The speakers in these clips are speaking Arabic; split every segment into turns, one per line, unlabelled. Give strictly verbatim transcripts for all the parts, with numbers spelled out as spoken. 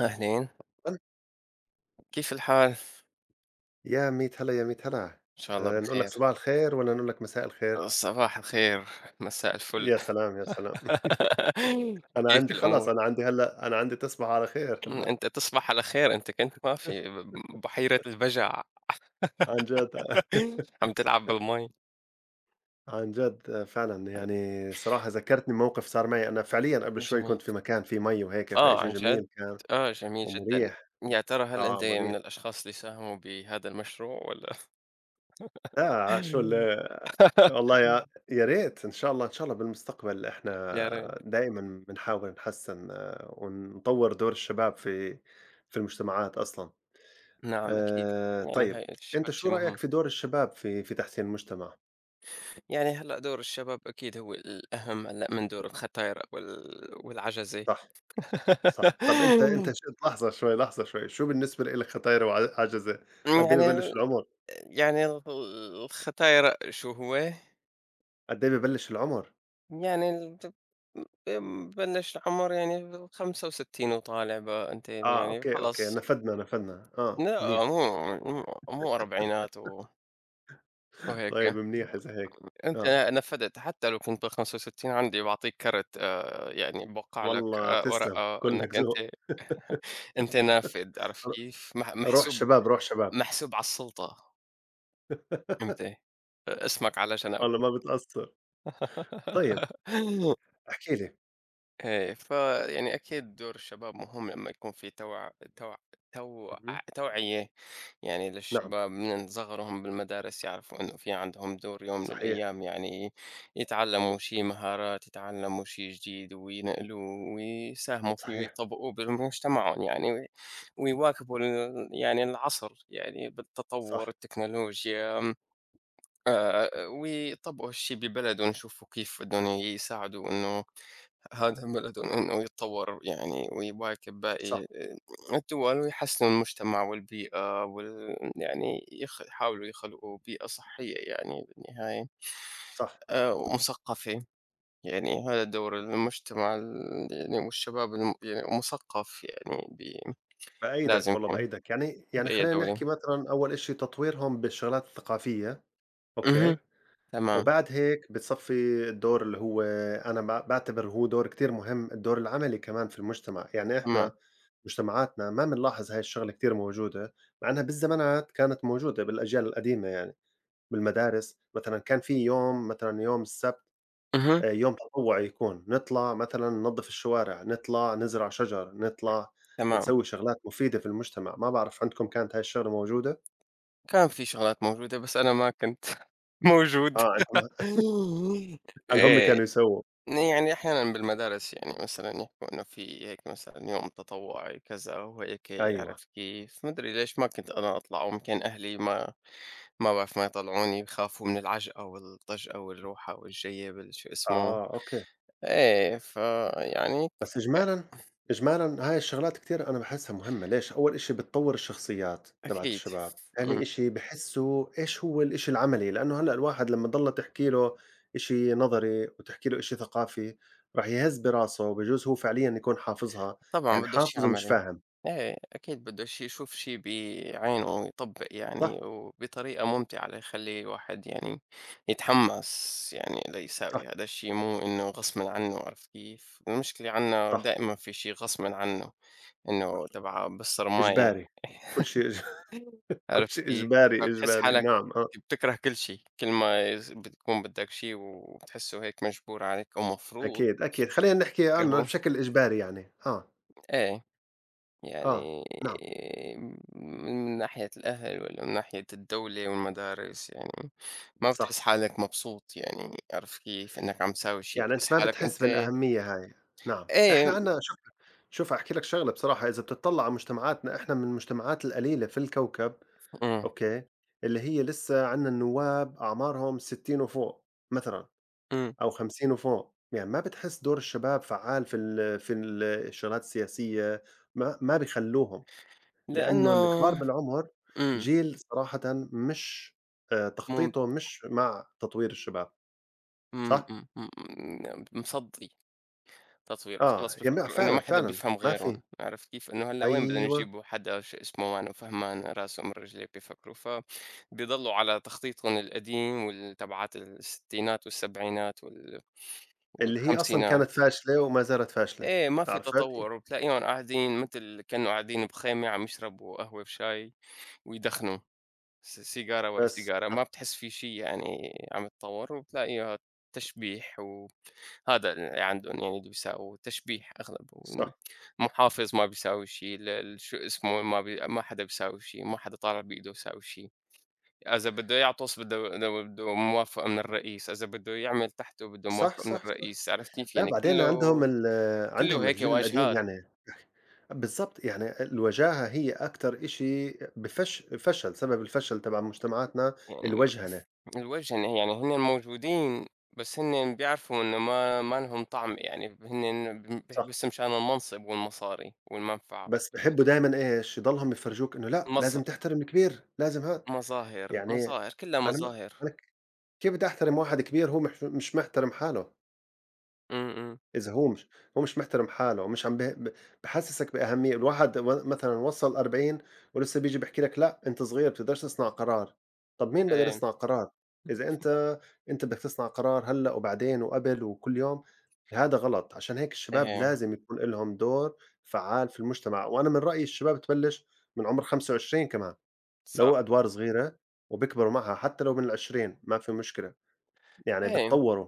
أهلين،
أنت.
كيف الحال؟
يا ميت هلا، يا ميت هلا.
إن شاء الله
آآ نقول لك
بخير.
صباح الخير والّا نقول لك مساء الخير؟
صباح الخير، مساء الفل.
يا سلام، يا سلام. أنا
كيف
عندي خلص،
الأمور؟
أنا عندي هلا أنا عندي تصبح على خير
إمم،
هلا.
أنت تصبح على خير، أنت كنت ما في ب بحيرة البجع
عن جد.
عم تلعب بالمي.
عن جد فعلًا. يعني صراحة ذكّرتني بموقف صار معي أنا فعليًا قبل شوي
جميل.
كنت في مكان فيه مَي وهيك،
آه،
فإشي
عن جد؟
جميل كان
آه، جميل جدًا.
ومريح.
يا ترى هل
آه،
أنت من
مريح.
الأشخاص اللي ساهموا بهذا المشروع والّا
لا شو ال والله يا يا ريت إن شاء الله، إن شاء الله بالمستقبل
يا ريت.
إحنا دايمًا بنحاول نحسّن، آه، ونطوّر دور الشباب في في المجتمعات أصلًا.
نعم، أكيد.
آآ
يعني
طيب،
هاي الش
أنت
هاد شي
شو رأيك
مهم.
في دور الشباب في في تحسين المجتمع؟
يعني هلأ دور الشباب أكيد هو الأهم هلأ من دور الخطايرة وال والعجزة.
صح، صح. طَب أنت أنت ش لحظة شوي، لحظة شوي، شو بالنسبة لإلك خطايره وع عجزة؟ قد إيه
يعني
ببلّش العمر؟
يعني الخطايرة شو هو؟
قد إيه ببلّش العمر؟
يعني ال ب بلش العمر يعني خمسة وستين وطالع بقى أنت
آه،
يعني
أوكي، أوكي،
خلص.
نفدنا، نفدنا، آه،
لأ
منيح.
مو مو مو أربعينات و وهيك،
طيب منيح إذا هيك،
أنت
آه.
نفّذت حتى لو كنت بالخمسة وستين عندي باعطيك كارت آآ يعني بوقع لك
والله
آآ
تسلم،
ورقة
كلّك
إنك أنت
ذوق.
أنت نافذ، عرفت
ر
كيف؟ مح
روح
محسوب
شباب، روح شباب.
محسوب على السلطة أنت، اسمك على جنب.
والله ما بتقصّر. طيب احكِ لي،
إيه، ف يعني أكيد دور الشباب مهم لمّا يكون في توع توع توع
اهم،
توعية يعني
نعم،
للشباب من صغرهم بالمدارس يعرفوا إنه في عندهم دور يوم من
صحيح،
الأيام يعني يتعلموا شي مهارات، يتعلموا شي جديد وينقلوه ويساهموا فيه
صحيح،
ويطبقوه بمجتمعهم يعني وي ويواكبوا ال يعني العصر يعني بالتطور،
صح،
التكنولوجيا، آآ، ويطبقوا هالشي ببلدهم، يشوفوا كيف بدهم يساعدوا إنه هذا بلد إنه يتطور يعني ويواكب
صح،
باقي الدول ويحسن المجتمع والبيئة وال... يعني يخ... يحاولوا يخلقوا بيئة صحية يعني بالنهاية
صح.
آه، ومثقفة يعني هذا دور المجتمع ال- يعني والشباب الم... يعني مثقف يعني بي... لازم
بأيدك والله
يكون
بأيدك، يعني يعني
بأي
خلّينا
دولة.
نحكي مثلًا أول إشي تطويرهم بالشغلات الثقافية،
اها،
أوكي،
تمام،
وبعد هيك بتصفي الدور اللي هو أنا باع باعتبر هو دور كتير مهم، الدور العملي كمان في المجتمع، يعني
تمام،
إحنا مجتمعاتنا ما بنلاحظ هاي الشغلة كتير موجودة، مع إنها بالزمانات كانت موجودة بالأجيال القديمة يعني، بالمدارس مثلًا كان في يوم مثلًا يوم السبت
اها،
آآ يوم تطوعي يكون، نطلع مثلًا ننضّف الشوارع، نطلع نزرع شجر، نطلع
تمام.
نسوي شغلات مفيدة في المجتمع، ما بعرف عندكم كانت هاي الشغلة موجودة؟
كان في شغلات موجودة بس أنا ما كنت موجود.
آه، أنتم هل هُم
إيه،
كانوا يسووا
يعني أحيانًا بالمدارس يعني مثلًا يحكوا إنه في هيك مثلًا يوم تطوعي كذا وهيك
أيوه،
عرفت كيف، ما أدري ليش ما كنت أنا أطلع ويمكن أهلي ما ما بعرف ما يطلعوني بخافوا من العجقة والطجقة والروحة والجية بال شو اسمه.
آه، أوكي.
إيه، فيعني
بس إجمالًا إجمالًا هاي الشغلات كتير أنا باحسّها مهمة، ليش؟ أول إشي بتطوّر الشخصيات تبعة
أكيد.
الشباب، تاني
إمم.
إشي بحسّوا إيش هو الإشي العملي، لإنه هلأ الواحد لمّا تضلّ تحكي له إشي نظري وتحكي له إشي ثقافي راح يهز براسه وبجوز هو فعليًا يكون حافظها،
طبعًا
يعني
بده شي
حافظ ومش
عملي.
فاهم،
إيه، أكيد بده شي يشوف شي بعينه يطبّق
صح،
يعني وبطريقة ممتعة ليخلّي الواحد يعني يتحمّس يعني
صح،
ليساوي هذا الشي، مو إنه غصبٍ عنّه، عرفت كيف؟ المشكلة عندنا
صح،
دائمًا في شي غصبٍ عنّه، إنه تبع بالصّر ماي.
إجباري، كل شي إج كل
عرفت
شي
كيف؟
إجباري،
فبتحس
إجباري،
حالك
نعم، آه،
بتكره كل شي، كل ما يز بتكون بدّك شي وبتحسّه هيك مجبور عليك أو مفروض
أكيد، أكيد، خلّينا نحكي عنه
تكرهه.
بشكل إجباري يعني، آه،
إيه.
آه،
يعني
نعم،
من ناحية الأهل والّا من ناحية الدولة والمدارس يعني ما بتحس
صح.
حالك مبسوط يعني، عرفت كيف؟ إنك عم تساوي شي،
يعني
بتحس
أنت ما
حالك
بتحس
أنت
بالأهمية هاي، نعم،
إيه،
إحنا عندنا شوف شوف أحكي لك شغلة بصراحة إذا بتطلّع على مجتمعاتنا إحنا من المجتمعات القليلة في الكوكب،
إمم،
أوكي، اللي هي لسه عندنا النواب أعمارهم ستين وفوق مثلًا
إمم،
أو خمسين وفوق، يعني ما بتحس دور الشباب فعّال في ال في ال الشغلات السياسية، ما ما بيخلّوهم،
لإنه
لأنه الكبار بالعمر
إمم،
جيل صراحةً مش آآ،
مم،
تخطيطه مش مع تطوير الشباب،
إمم،
صح؟
إمم، إمم، مصدّي. تطويره،
آه،
خلاص
يعني
بيفكروا إنه
فعلًا،
ما حدا
فعلًا
بيفهم
ما
غيرهم،
في.
عرفت كيف؟ إنه هلأ وين بدنا
أيوه،
نجيبوا حدا شو اسمه معنا فهمان راسه من رجليه بيفكروا، فبيضلوا على تخطيطهم القديم وال تبعات الستينات والسبعينات وال
اللي هي أصلًا كانت
والخمسينات،
فاشلة وما زالت فاشلة،
إيه ما في
عرفت؟
تطور، وبتلاقيهم قاعدين متل كأنه قاعدين بخيمة عم يشربوا قهوة بشاي ويدخنوا. س سيجارة ورا
بس،
سيجارة، ما
صح،
بتحس في شي يعني عم يتطور، وبتلاقيها تشبيح وهذا اللي عندهم يعني اللي بيساووا تشبيح أغلبه،
صح،
المحافظ ما بيساوي شي، ال ال شو اسمه ما بي ما حدا بيساوي شي، ما حدا طالع بإيده يساوي شي، إذا بده يعطس بده بده بده موافقة من الرئيس، إذا بده يعمل تحته بده
صح،
موافقة من
صح، صح،
الرئيس، عرفت كيف
لأ
يعني
بعدين
كله
عندهم ال
كله
عندهم
هيك
الجيل القديم
واجهات
يعني بالضبط، يعني الوجاهة هي أكتر إشي بفش فشل سبب الفشل تبع مجتمعاتنا.
يعني.
الوجهنة،
الوجه إن يعني هُنّ موجودين، بس هُنّ بيعرفوا إنه ما ما لهم طعم يعني، هُنّ ب ب
صح،
بس مشان المنصب والمصاري والمنفعة،
بس بيحبّوا دايمًا إيش، يضلهم يفرجوك إنه لأ،
مظ
لازم تحترم الكبير، لازم ها.
مظاهر،
يعني
مظاهر، كلّها
أنا ما
مظاهر،
أنا كيف بدي أحترم واحد كبير هو مح مش محترم حاله؟
إمم، إمم،
إذا هو مش هو مش محترم حاله، مش عم ب ب بحسّسك بأهمية، الواحد و مثلًا وصّل أربعين ولسه بييجي بيحكي لك لأ، أنت صغير بتقدرش تصنع قرار، طَب مين بيقدر
إيه،
يصنع قرار؟ إذا أنت أنت بدك تصنع قرار هلّأ وبعدين وقبل وكل يوم، هذا غلط، عشان هيك الشباب
إيه،
لازم يكون إلهم دور فعّال في المجتمع، وأنا من رأيي الشباب تبلّش من عُمر خمسة وعشرين كمان،
صح،
لو أدوار صغيرة وبيكبروا معها حتى لو من العشرين ما في مشكلة، يعني
إيه،
بيتطوّروا،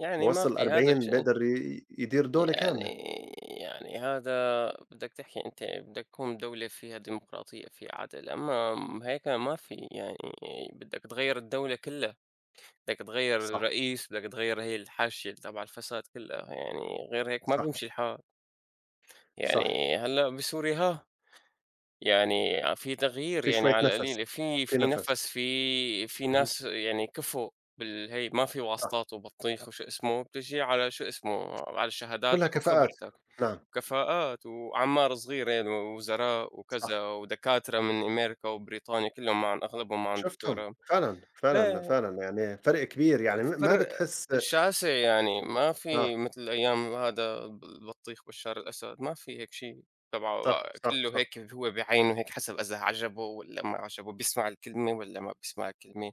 يعني ما
بوصّل
في هذا
الأربعين
الشيء
بيقدر ي يدير دولة
يعني
كاملة.
يعني هذا بدك تحكي، أنت بدك تكون دولة فيها ديمقراطية، فيها عدل، أمّا هيك ما في يعني بدك تغيّر الدولة كلّها. بدك تغيّر
صح،
الرئيس، بدك تغيّر هي الحاشية اللي تبع الفساد كلّها، يعني غير هيك ما
صح،
بيمشي الحال.
صح،
يعني هلّأ بسوريا ها، يعني ع في تغيير
في
يعني
شوية
على
نَفَس،
القليلة، في
في
في
نَفَس،
نَفَس، في في
اهم،
ناس يعني كفؤ بالهي ما في
صح،
واسطات وبطيخ وشو اسمه، بتيجي على شو اسمه، على
كلّها
شهاداتك
كفاءات،
وخبرتك،
نعم،
كفاءات وعمّار صغير هن ووزراء
صح،
وكذا ودكاترة من أمريكا وبريطانيا كلّهم معن أغلبهم معن
شُفتهم
دكتوراه.
فعلًا، فعلًا،
إيه.
فعلًا، يعني فرق كبير يعني م ما
فرق
بتحس.
شاسع يعني، ما في
آه،
مثل أيام هذا ب البطيخ بشّار الأسد، ما في هيك شي تبعه
صح، صح،
كلّه
صح،
هيك هو بعينه هيك حسب إذا عجبه والّا ما عجبه، بيسمع الكلمة والّا ما بيسمع الكلمة،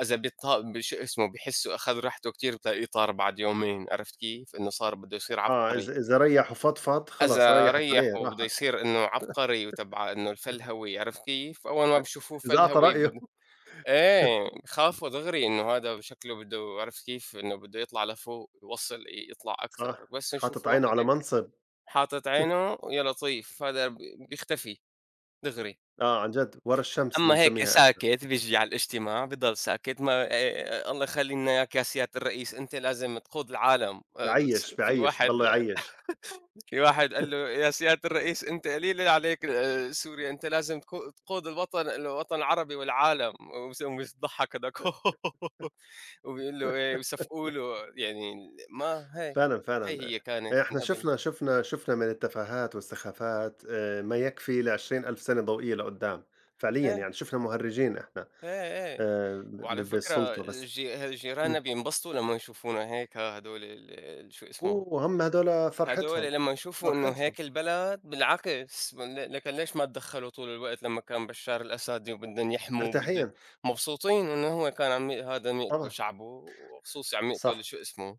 إذا بيطا بشو اسمه بيحسه أخذ راحته كتير بتلاقيه طار بعد يومين، عرفت كيف؟ إنه صار بده يصير
آه،
عبقري،
إذا إذا ريّح وفضفض خلص
إذا
ريّحت
ريّح
عليه
وبده
راحت،
يصير إنه عبقري وتبع إنه الفلهوي، عرفت كيف؟ أول ما بيشوفوه
إذا أعطى
فلهوي
رأيه
بد إيه، خافوا دغري إنه هذا شكله بده عرفت كيف، إنه بده يطلع لفوق، يوصّل ي يطلع أكثر،
صح،
بس
حاطط
يشوفوا
عينه
واحد
على
هيك
منصب،
حاطط عينه يا لطيف، هذا ب بيختفي دغري،
آه، عن جد ورا الشمس
أمّا هيك
بنسميها،
ساكت بييجي على الاجتماع بيضل ساكت ما آآ الله يخلي لنا إياك يا سيادة الرئيس، أنت لازم تقود العالم، آآ س
بيعيّش،
في
بيعيّش،
واحد
بضلّه يعيّش.
في واحد قال له: "يا سيادة الرئيس أنت قليل عليك آآ سوريا، أنت لازم تقو تقود الوطن الوطن العربي والعالم." وس قام بيضحك هذاك وبيقول له إيه، ويصفقوا له يعني ال ما هاي،
فعلًا،
هاي
فعلًا.
هي كانت
آآ
من
إحنا
قبل.
شُفنا شُفنا شُفنا من التفاهات والسخافات، آآ ما يكفي ل20,000 سَنة ضوئية لقُدّام، فعليًا
إيه،
يعني شُفنا مُهرّجين إحنا،
إيه، إيه.
آآ ب
وعلى فكرة
بالسُلطة بس.
الج جيراننا
إمم.
بينبسطوا لمّا يشوفونا هيك ها، هدول ال ال شو اسمه،
وهُم هدول
هدول
فرحتهم،
لمّا يشوفوا إنه
فرحتهم،
هيك البلد بالعكس، ل لكن ليش ما تدخّلوا طول الوقت لمّا كان بشار الأسد وبدّن يحموا وبد
مرتاحين،
مبسوطين إنه هو كان عم ي هذا عم يقتل
طبعًا،
شعبه، وخصوصي عم يقتل
صح.
شو اسمه،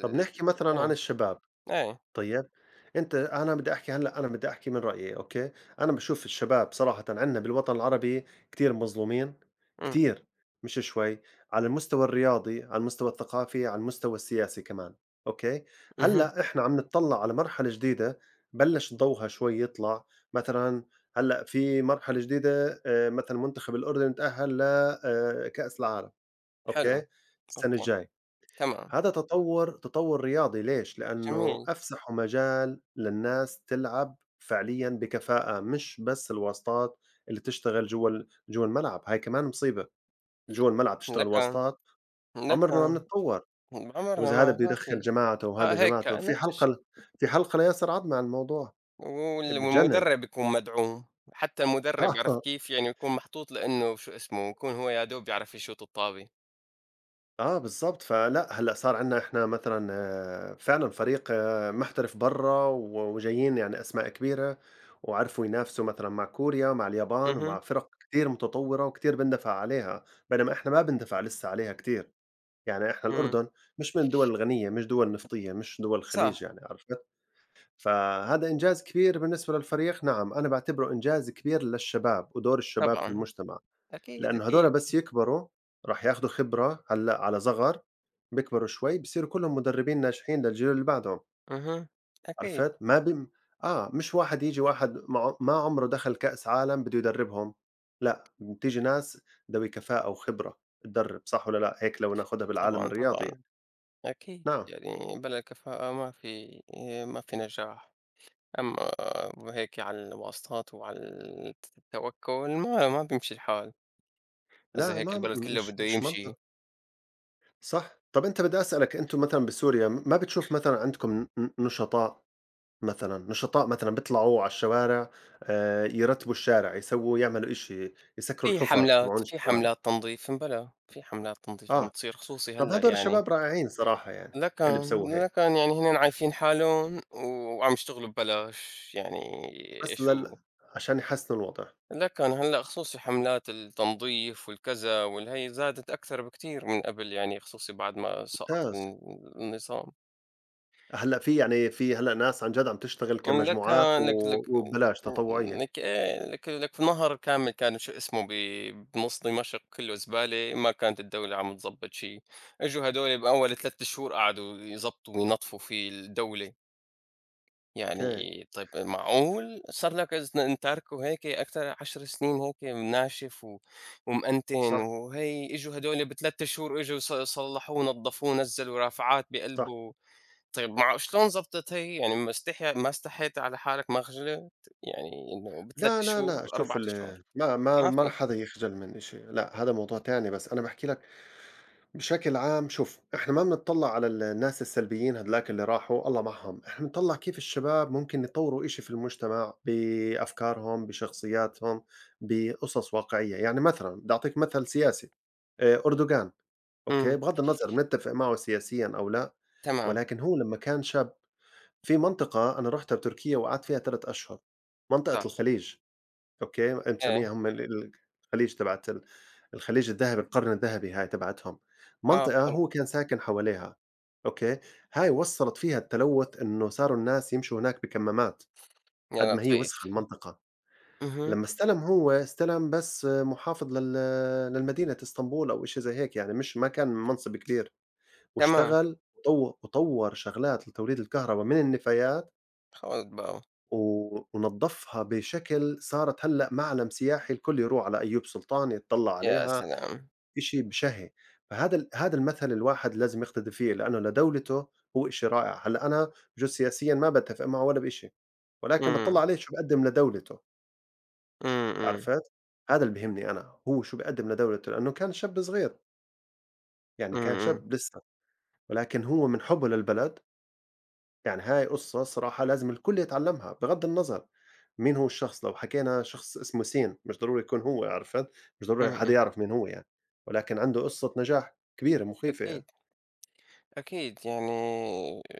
طَب نحكي مثلًا عن
إيه،
الشباب.
إيه،
طيب، أنت أنا بدّي أحكي هلّأ أنا بدّي أحكي من رأيي أوكي، أنا باشوف الشباب صراحةً عندنا بالوطن العربي كتير مظلومين،
إمم،
كتير مش شوي، على المستوى الرياضي، على المستوى الثقافي، على المستوى السياسي كمان أوكي،
اهم،
هلّأ إحنا عم نتطلّع على مرحلة جديدة بلّش ضوها شوي يطلع، مثلًا هلّأ في مرحلة جديدة آآ مثلًا منتخب الأردن تأهّل ل آآ كأس العالم
حلو،
أوكي، السنة
أوكي،
الجاي.
تمام،
هذا تطور تطور رياضي ليش؟ لأنه
جميل.
أفسحوا مجال للناس تلعب فعليًا بكفاءة، مش بس الواسطات اللي تشتغل جوا ال جوا الملعب، هاي كمان مصيبة، جوا الملعب تشتغل
لك
واسطات،
لك
عمرنا ما بنتطور،
بعمرنا
وإذا
ما
هذا بده
ما
يدخّل
في
جماعته
ه
وهذا
هيك
جماعته، في
نفس
حلقة ل
الشيء
في حلقة لياسر عضمة عن الموضوع،
وال
بتجنن.
والمدرب يكون مدعوم، حتى المدرب عرفت كيف يعني يكون محطوط لإنه شو اسمه يكون هو يا دوب يعرف يشوت الطابة.
آه بالضبط، فلأ هلأ صار عندنا إحنا مثلًا، آه، فعلًا فريق، آه، محترف برّا و وجايين يعني أسماء كبيرة، وعرفوا ينافسوا مثلًا مع كوريا، مع اليابان،
اهم،
ومع فرق كتير متطورة وكتير بندفع عليها، بينما إحنا ما بندفع لسه عليها كتير، يعني إحنا
إمم،
الأردن مش من الدول الغنية، مش دول نفطية، مش دول الخليج
صح،
يعني عرفت؟ فهذا إنجاز كبير بالنسبة للفريق، نعم أنا باعتبره إنجاز كبير للشباب ودور الشباب في
طبعًا،
المجتمع.
أكيد،
لأنه هدول
أكيد،
بس يكبروا راح ياخدوا خبرة هلأ على صغر، بيكبروا شوي بصيروا كلّهم مدربين ناجحين للجيل اللي بعدهم،
اهم، أكيد،
عرفت؟ ما بم آه، مش واحد ييجي واحد ما ما عمره دخل كأس عالم بده يدربهم، لأ، بتيجي ناس ذوي كفاءة وخبرة تدرب، صح والّا لأ؟ هيك لو ناخدها بالعالم
طبعًا، طبعًا،
الرياضي يعني،
أكيد،
نعم،
يعني بلا الكفاءة ما في ما في نجاح، أما هيك على الواسطات وعلى الت التوكل ما ما بيمشي الحال، إذا
لا
هيك
ما
البلد كله
مش
بده
مش
يمشي.
منطق، صح، طب أنت بدي أسألك أنتم مثلًا بسوريا ما بتشوف مثلًا عندكم ن نشطاء؟ مثلًا، نشطاء مثلًا بيطلعوا على الشوارع، آآ، يرتبوا الشارع، يسووا يعملوا إشي، يسكروا
في
الحُفَر
حملات،
تبعون
في
الشوارع،
حملات تنظيف، بلى في حملات تنظيف عم
آه،
تصير خصوصي
طَب
هلأ
هادول
يعني،
الشباب رائعين صراحة يعني اللي
لكن
بسووا هيك،
لكن يعني هنن عايفين حالهم وعم يشتغلوا ببلاش، يعني
بس
شو
لل عشان يحسّنوا الوضع،
لكن هلأ خصوصي حملات التنظيف والكذا والهي زادت أكثر بكتير من قبل يعني خصوصي بعد ما سقط
ممتاز.
ال النظام.
هلأ في يعني في هلأ ناس عن جد عم تشتغل
لك
كمجموعات و
لك لك
وببلاش تطوعية،
لك إيه، لك لك نهر كامل كان شو اسمه ب- بنص دمشق كله زباله ما كانت الدوله عم تظبط شيء، اجوا هدول باول ثلاث شهور قعدوا يظبطوا وينظفوا في الدوله. يعني
أوكي،
طيب معقول صار لك إذ- انت تاركه هيك اكثر عشر سنين هيك ناشف و- ومأنتن
صح،
وهي اجوا هدول بثلاث شهور اجوا ص- صلحوه نظفوه نزلوا رافعات
صح.
بقلبه. طيب مع شلون ضبطت هي؟ يعني ما استحي ما استحيتِ على حالِك ما خجلِت؟ يعني إنه بثلاث
لا، لا،
شهور،
لأ، شوف
اربعة شهور؟
ال ما ما
ما
ما
في.
رح حدا يخجل من إشي، لأ هذا موضوع تاني، بس أنا باحكي لك بشكل عام شوف احنا ما بنطلع على ال- الناس السلبيين هدلاك اللي راحوا الله معهم احنا بنطلع كيف الشباب ممكن يطوروا إشي في المجتمع بأفكارهم بشخصياتهم بقصص واقعية يعني مثلا بدي أعطيك مثل سياسي، آه، أردوغان أوكي
إمم،
بغض النظر بنتفق معه سياسيا أو لا،
تمام،
ولكن هو لما كان شاب في منطقة أنا رحتها بتركيا وقعدت فيها ثلاث أشهر، منطقة
صح،
الخليج أوكي،
إيه،
مسمّيها هم ال ال الخليج تبعة ال الخليج الذهبي، القرن الذهبي هاي تبعتهم،
آه
منطقة
حلو،
هو كان ساكن حواليها، أوكي، هاي وصّلت فيها التلوث إنه صاروا الناس يمشوا هناك بكمامات، قد
يا
ما هي
لطيف،
وسخة المنطقة،
اهم،
لمّا استلم هو استلم بس محافظ لل للمدينة إسطنبول أو إشي زي هيك يعني مش ما كان منصب كبير،
تمام،
واشتغل وطو وطوّر شغلات لتوليد الكهربا من النفايات
خلاص بقى،
و ونضّفها بشكل صارت هلأ معلم سياحي الكل يروح على أيوب سلطان يتطلّع
يا
عليها،
سلام!
إشي بشهي، فهذا ال هذا المثل الواحد لازم يقتدي فيه لأنه لدولته هو إشي رائع، هلأ أنا بجوز سياسيًا ما باتفق معه ولا بإشي، ولكن
إمم،
باتطلّع عليه شو بيقدّم لدولته،
إمم، إمم،
عرفت؟ هذا اللي بيهمني أنا، هو شو بيقدّم لدولته لأنه كان شاب صغير، يعني
إمم،
كان
إمم،
شاب لسه، ولكن هو من حُبّه للبلد يعني هاي قصة صراحة لازم الكل يتعلّمها بغض النظر مين هو الشخص، لو حكينا شخص اسمه س مش ضروري يكون هو عرفت، مش
إمم،
ضروري حدا
إمم،
يعرف مين هو يعني، ولكن عنده قصة نجاح كبيرة مخيفة
أكيد،
يعني.
أكيد يعني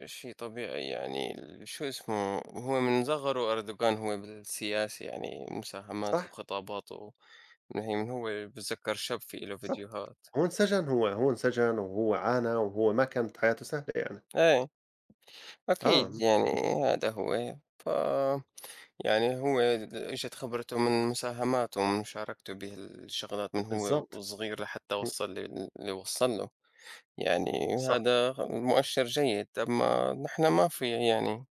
شيء طبيعي يعني ال شو اسمه، هو من صغره أردوغان هو بالسياسة يعني مساهماته
صح،
وخطاباته، من هي من هو باتذكر شاب في إله
صح.
فيديوهات.
هو انسجن هو هو انسجن وهو عانى وهو ما كانت حياته سهلة يعني.
إيه، أكيد
آه،
يعني هذا هو، ف يعني هو إجت خبرته من مساهماته ومن مشاركته بهالشغلات من هو
بالضبط،
وصغير لحتى
م
وصل لل اللي وصل له، يعني
صح.
هذا مؤشر جيد، أما نحن ما في يعني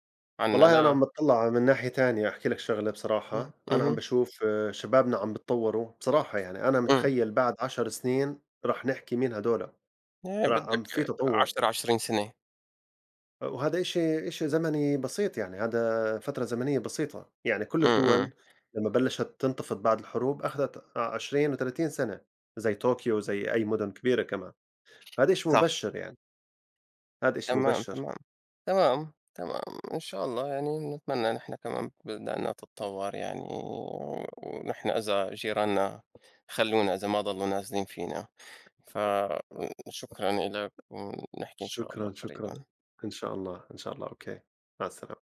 عندنا
والله أنا
لا،
عم باطلّع من ناحية تانية أحكي لك شغلة
إمم،
بصراحة، أنا عم
اهم،
باشوف شبابنا عم بيتطوّروا، بصراحة يعني أنا
إمم،
متخيّل بعد عشر سنين راح نحكي مين هدول،
يعني
راح
بدك
عم في تطوّر.
عشر، عشرين سنة،
وهذا إشي إشي زمني بسيط يعني، هذا فترة زمنية بسيطة، يعني كل
إمم، إمم،
الدول لمّا بلّشت تنتفض بعد الحروب أخدت ع عشرين و30 سنة، زي طوكيو زي أي مدن كبيرة كمان، فهذا إشي
صعب.
مبشّر يعني، هذا إشي
تمام،
مبشّر.
تمام، تمام، تمام، إن شاء الله يعني نتمنى نحن كمان بلداننا تتطور يعني، و ونحن إذا جيراننا خلّونا إذا ما ضلوا نازلين فينا، فشكرًا إلك ونحكي إن شاء الله
شكرًا، شكرًا،
قريبًا.
إن شاء الله، إن شاء الله، أوكي، مع السلامة.